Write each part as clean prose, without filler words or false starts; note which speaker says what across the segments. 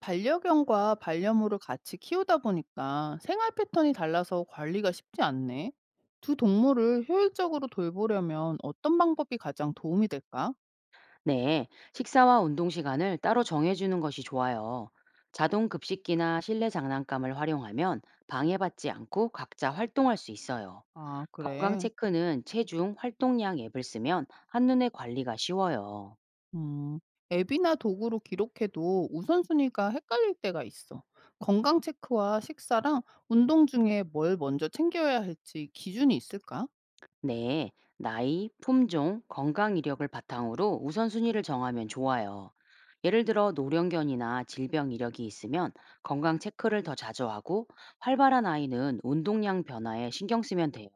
Speaker 1: 반려견과 반려묘를 같이 키우다 보니까 생활 패턴이 달라서 관리가 쉽지 않네. 두 동물을 효율적으로 돌보려면 어떤 방법이 가장 도움이 될까?
Speaker 2: 네, 식사와 운동 시간을 따로 정해주는 것이 좋아요. 자동 급식기나 실내 장난감을 활용하면 방해받지 않고 각자 활동할 수 있어요.
Speaker 1: 아,
Speaker 2: 건강
Speaker 1: 그래.
Speaker 2: 체크는 체중, 활동량 앱을 쓰면 한눈에 관리가 쉬워요.
Speaker 1: 음, 앱이나 도구로 기록해도 우선순위가 헷갈릴 때가 있어. 건강 체크와 식사랑 운동 중에 뭘 먼저 챙겨야 할지 기준이 있을까?
Speaker 2: 네, 나이, 품종, 건강 이력을 바탕으로 우선순위를 정하면 좋아요. 예를 들어 노령견이나 질병 이력이 있으면 건강 체크를 더 자주 하고 활발한 아이는 운동량 변화에 신경 쓰면 돼요.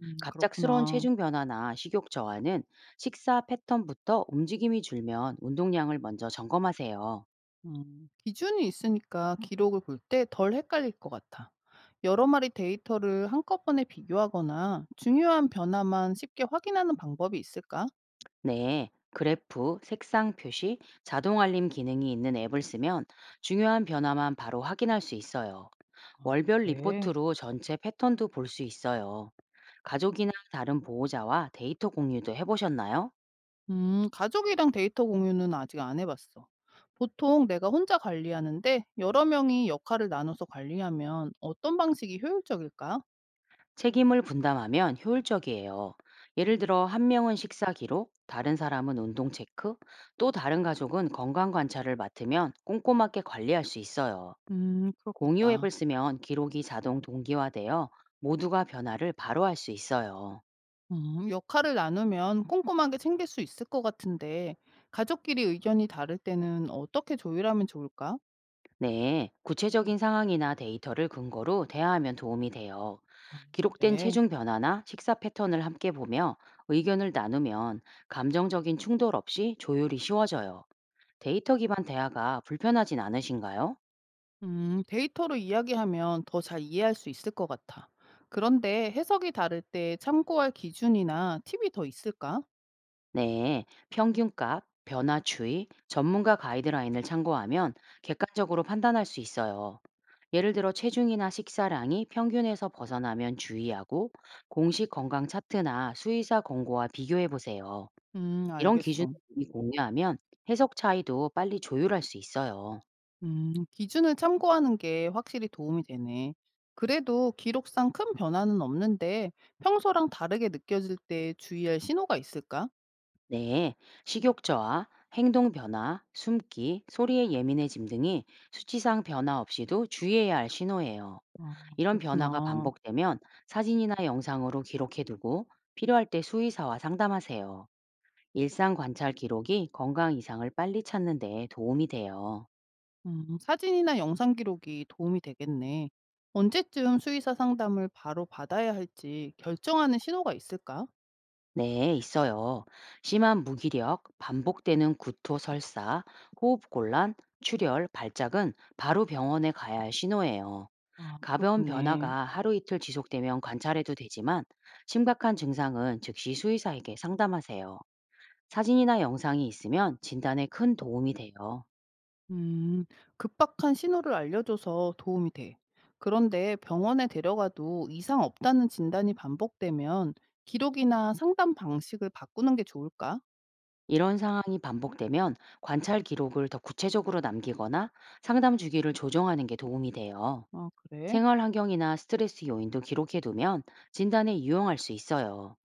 Speaker 2: 갑작스러운
Speaker 1: 그렇구나.
Speaker 2: 체중 변화나 식욕 저하는 식사 패턴부터 움직임이 줄면 운동량을 먼저 점검하세요.
Speaker 1: 음. 기준이 있으니까 기록을 볼 때 덜 헷갈릴 것 같아. 여러 마리 데이터를 한꺼번에 비교하거나 중요한 변화만 쉽게 확인하는 방법이 있을까?
Speaker 2: 네, 그래프, 색상 표시, 자동 알림 기능이 있는 앱을 쓰면 중요한 변화만 바로 확인할 수 있어요.
Speaker 1: 아,
Speaker 2: 월별
Speaker 1: 그래.
Speaker 2: 리포트로 전체 패턴도 볼 수 있어요. 가족이나 다른 보호자와 데이터 공유도 해보셨나요?
Speaker 1: 가족이랑 데이터 공유는 아직 안 해봤어. 보통 내가 혼자 관리하는데 여러 명이 역할을 나눠서 관리하면 어떤 방식이 효율적일까?
Speaker 2: 책임을 분담하면 효율적이에요. 예를 들어 한 명은 식사 기록, 다른 사람은 운동 체크, 또 다른 가족은 건강 관찰을 맡으면 꼼꼼하게 관리할 수 있어요. 공유
Speaker 1: 그렇겠다.
Speaker 2: 앱을 쓰면 기록이 자동 동기화되어 모두가 변화를 바로 할 수 있어요.
Speaker 1: 역할을 나누면 꼼꼼하게 챙길 수 있을 것 같은데, 가족끼리 의견이 다를 때는 어떻게 조율하면 좋을까?
Speaker 2: 네, 구체적인 상황이나 데이터를 근거로 대화하면 도움이 돼요.
Speaker 1: 아,
Speaker 2: 기록된
Speaker 1: 그래.
Speaker 2: 체중 변화나 식사 패턴을 함께 보며 의견을 나누면 감정적인 충돌 없이 조율이 쉬워져요. 데이터 기반 대화가 불편하진 않으신가요?
Speaker 1: 데이터로 이야기하면 더 잘 이해할 수 있을 것 같아. 그런데 해석이 다를 때 참고할 기준이나 팁이 더 있을까?
Speaker 2: 네, 평균값, 변화추이, 전문가 가이드라인을 참고하면 객관적으로 판단할 수 있어요. 예를 들어 체중이나 식사량이 평균에서 벗어나면 주의하고 공식 건강 차트나 수의사 권고와 비교해 보세요. 이런 기준을
Speaker 1: 알겠어.
Speaker 2: 미리 공유하면 해석 차이도 빨리 조율할 수 있어요.
Speaker 1: 기준을 참고하는 게 확실히 도움이 되네. 그래도 기록상 큰 변화는 없는데 평소랑 다르게 느껴질 때 주의할 신호가 있을까?
Speaker 2: 네, 식욕 저하, 행동 변화, 숨기, 소리에 예민해짐 등이 수치상 변화 없이도 주의해야 할 신호예요.
Speaker 1: 아,
Speaker 2: 이런 변화가
Speaker 1: 그렇구나.
Speaker 2: 반복되면 사진이나 영상으로 기록해두고 필요할 때 수의사와 상담하세요. 일상 관찰 기록이 건강 이상을 빨리 찾는 데 도움이 돼요.
Speaker 1: 사진이나 영상 기록이 도움이 되겠네. 언제쯤 수의사 상담을 바로 받아야 할지 결정하는 신호가 있을까?
Speaker 2: 네, 있어요. 심한 무기력, 반복되는 구토 설사, 호흡 곤란, 출혈, 발작은 바로 병원에 가야 할 신호예요.
Speaker 1: 아,
Speaker 2: 가벼운
Speaker 1: 그렇겠네.
Speaker 2: 변화가 하루 이틀 지속되면 관찰해도 되지만 심각한 증상은 즉시 수의사에게 상담하세요. 사진이나 영상이 있으면 진단에 큰 도움이 돼요.
Speaker 1: 음, 급박한 신호를 알려줘서 도움이 돼. 그런데 병원에 데려가도 이상 없다는 진단이 반복되면 기록이나 상담 방식을 바꾸는 게 좋을까?
Speaker 2: 이런 상황이 반복되면 관찰 기록을 더 구체적으로 남기거나 상담 주기를 조정하는 게 도움이 돼요.
Speaker 1: 아, 그래.
Speaker 2: 생활 환경이나 스트레스 요인도 기록해 두면 진단에 유용할 수 있어요.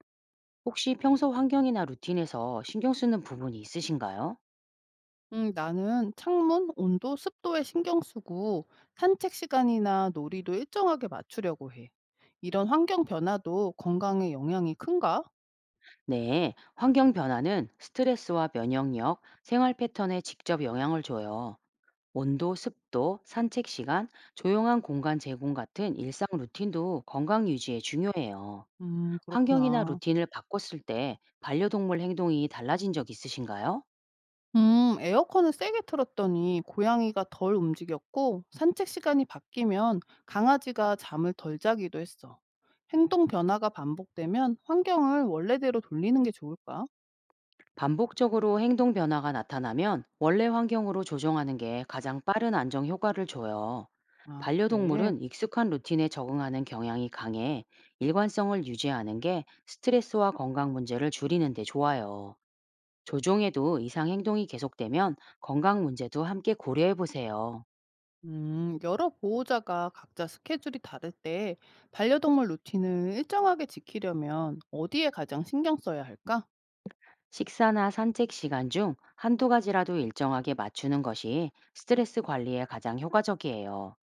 Speaker 2: 혹시 평소 환경이나 루틴에서 신경 쓰는 부분이 있으신가요?
Speaker 1: 나는 창문 온도, 습도에 신경 쓰고 산책 시간이나 놀이도 일정하게 맞추려고 해. 이런 환경 변화도 건강에 영향이 큰가?
Speaker 2: 네, 환경 변화는 스트레스와 면역력, 생활 패턴에 직접 영향을 줘요. 온도, 습도, 산책 시간, 조용한 공간 제공 같은 일상 루틴도 건강 유지에 중요해요. 환경이나
Speaker 1: 그렇구나.
Speaker 2: 루틴을 바꿨을 때 반려동물 행동이 달라진 적 있으신가요?
Speaker 1: 에어컨을 세게 틀었더니 고양이가 덜 움직였고 산책 시간이 바뀌면 강아지가 잠을 덜 자기도 했어. 행동 변화가 반복되면 환경을 원래대로 돌리는 게 좋을까?
Speaker 2: 반복적으로 행동 변화가 나타나면 원래 환경으로 조정하는 게 가장 빠른 안정 효과를 줘요.
Speaker 1: 아, 그래.
Speaker 2: 반려동물은 익숙한 루틴에 적응하는 경향이 강해 일관성을 유지하는 게 스트레스와 건강 문제를 줄이는 데 좋아요. 조종에도 이상 행동이 계속되면 건강 문제도 함께 고려해 보세요.
Speaker 1: 여러 보호자가 각자 스케줄이 다를 때 반려동물 루틴을 일정하게 지키려면 어디에 가장 신경 써야 할까?
Speaker 2: 식사나 산책 시간 중 한두 가지라도 일정하게 맞추는 것이 스트레스 관리에 가장 효과적이에요.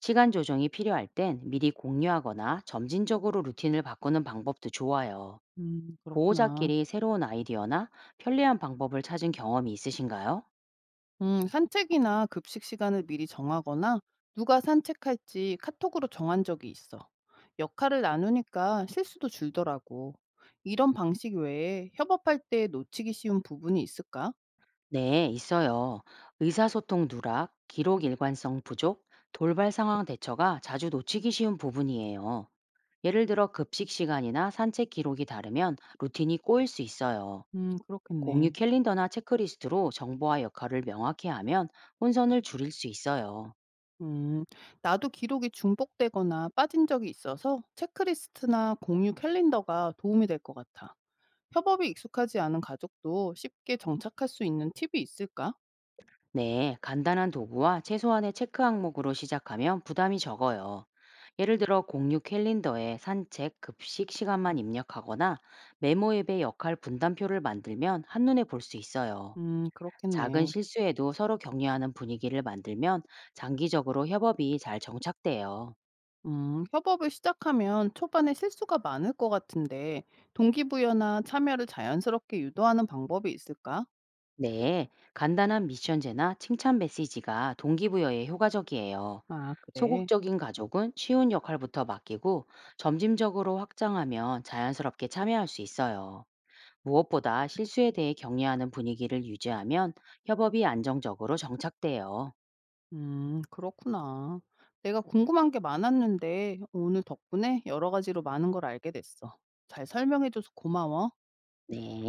Speaker 2: 시간 조정이 필요할 땐 미리 공유하거나 점진적으로 루틴을 바꾸는 방법도 좋아요.
Speaker 1: 그렇구나.
Speaker 2: 보호자끼리 새로운 아이디어나 편리한 방법을 찾은 경험이 있으신가요?
Speaker 1: 산책이나 급식 시간을 미리 정하거나 누가 산책할지 카톡으로 정한 적이 있어. 역할을 나누니까 실수도 줄더라고. 이런 방식 외에 협업할 때 놓치기 쉬운 부분이 있을까?
Speaker 2: 네, 있어요. 의사소통 누락, 기록 일관성 부족, 돌발 상황 대처가 자주 놓치기 쉬운 부분이에요. 예를 들어 급식 시간이나 산책 기록이 다르면 루틴이 꼬일 수 있어요. 공유
Speaker 1: 그렇겠네.
Speaker 2: 캘린더나 체크리스트로 정보와 역할을 명확히 하면 혼선을 줄일 수 있어요.
Speaker 1: 음, 나도 기록이 중복되거나 빠진 적이 있어서 체크리스트나 공유 캘린더가 도움이 될 것 같아. 협업이 익숙하지 않은 가족도 쉽게 정착할 수 있는 팁이 있을까?
Speaker 2: 네, 간단한 도구와 최소한의 체크 항목으로 시작하면 부담이 적어요. 예를 들어 공유 캘린더에 산책, 급식 시간만 입력하거나 메모 앱의 역할 분담표를 만들면 한눈에 볼 수 있어요. 작은
Speaker 1: 그렇겠네.
Speaker 2: 실수에도 서로 격려하는 분위기를 만들면 장기적으로 협업이 잘 정착돼요.
Speaker 1: 협업을 시작하면 초반에 실수가 많을 것 같은데 동기부여나 참여를 자연스럽게 유도하는 방법이 있을까?
Speaker 2: 네, 간단한 미션제나 칭찬 메시지가 동기부여에 효과적이에요.
Speaker 1: 아, 그래.
Speaker 2: 소극적인 가족은 쉬운 역할부터 맡기고 점진적으로 확장하면 자연스럽게 참여할 수 있어요. 무엇보다 실수에 대해 격려하는 분위기를 유지하면 협업이 안정적으로 정착돼요.
Speaker 1: 그렇구나. 내가 궁금한 게 많았는데 오늘 덕분에 여러 가지로 많은 걸 알게 됐어. 잘 설명해줘서 고마워.
Speaker 2: 네.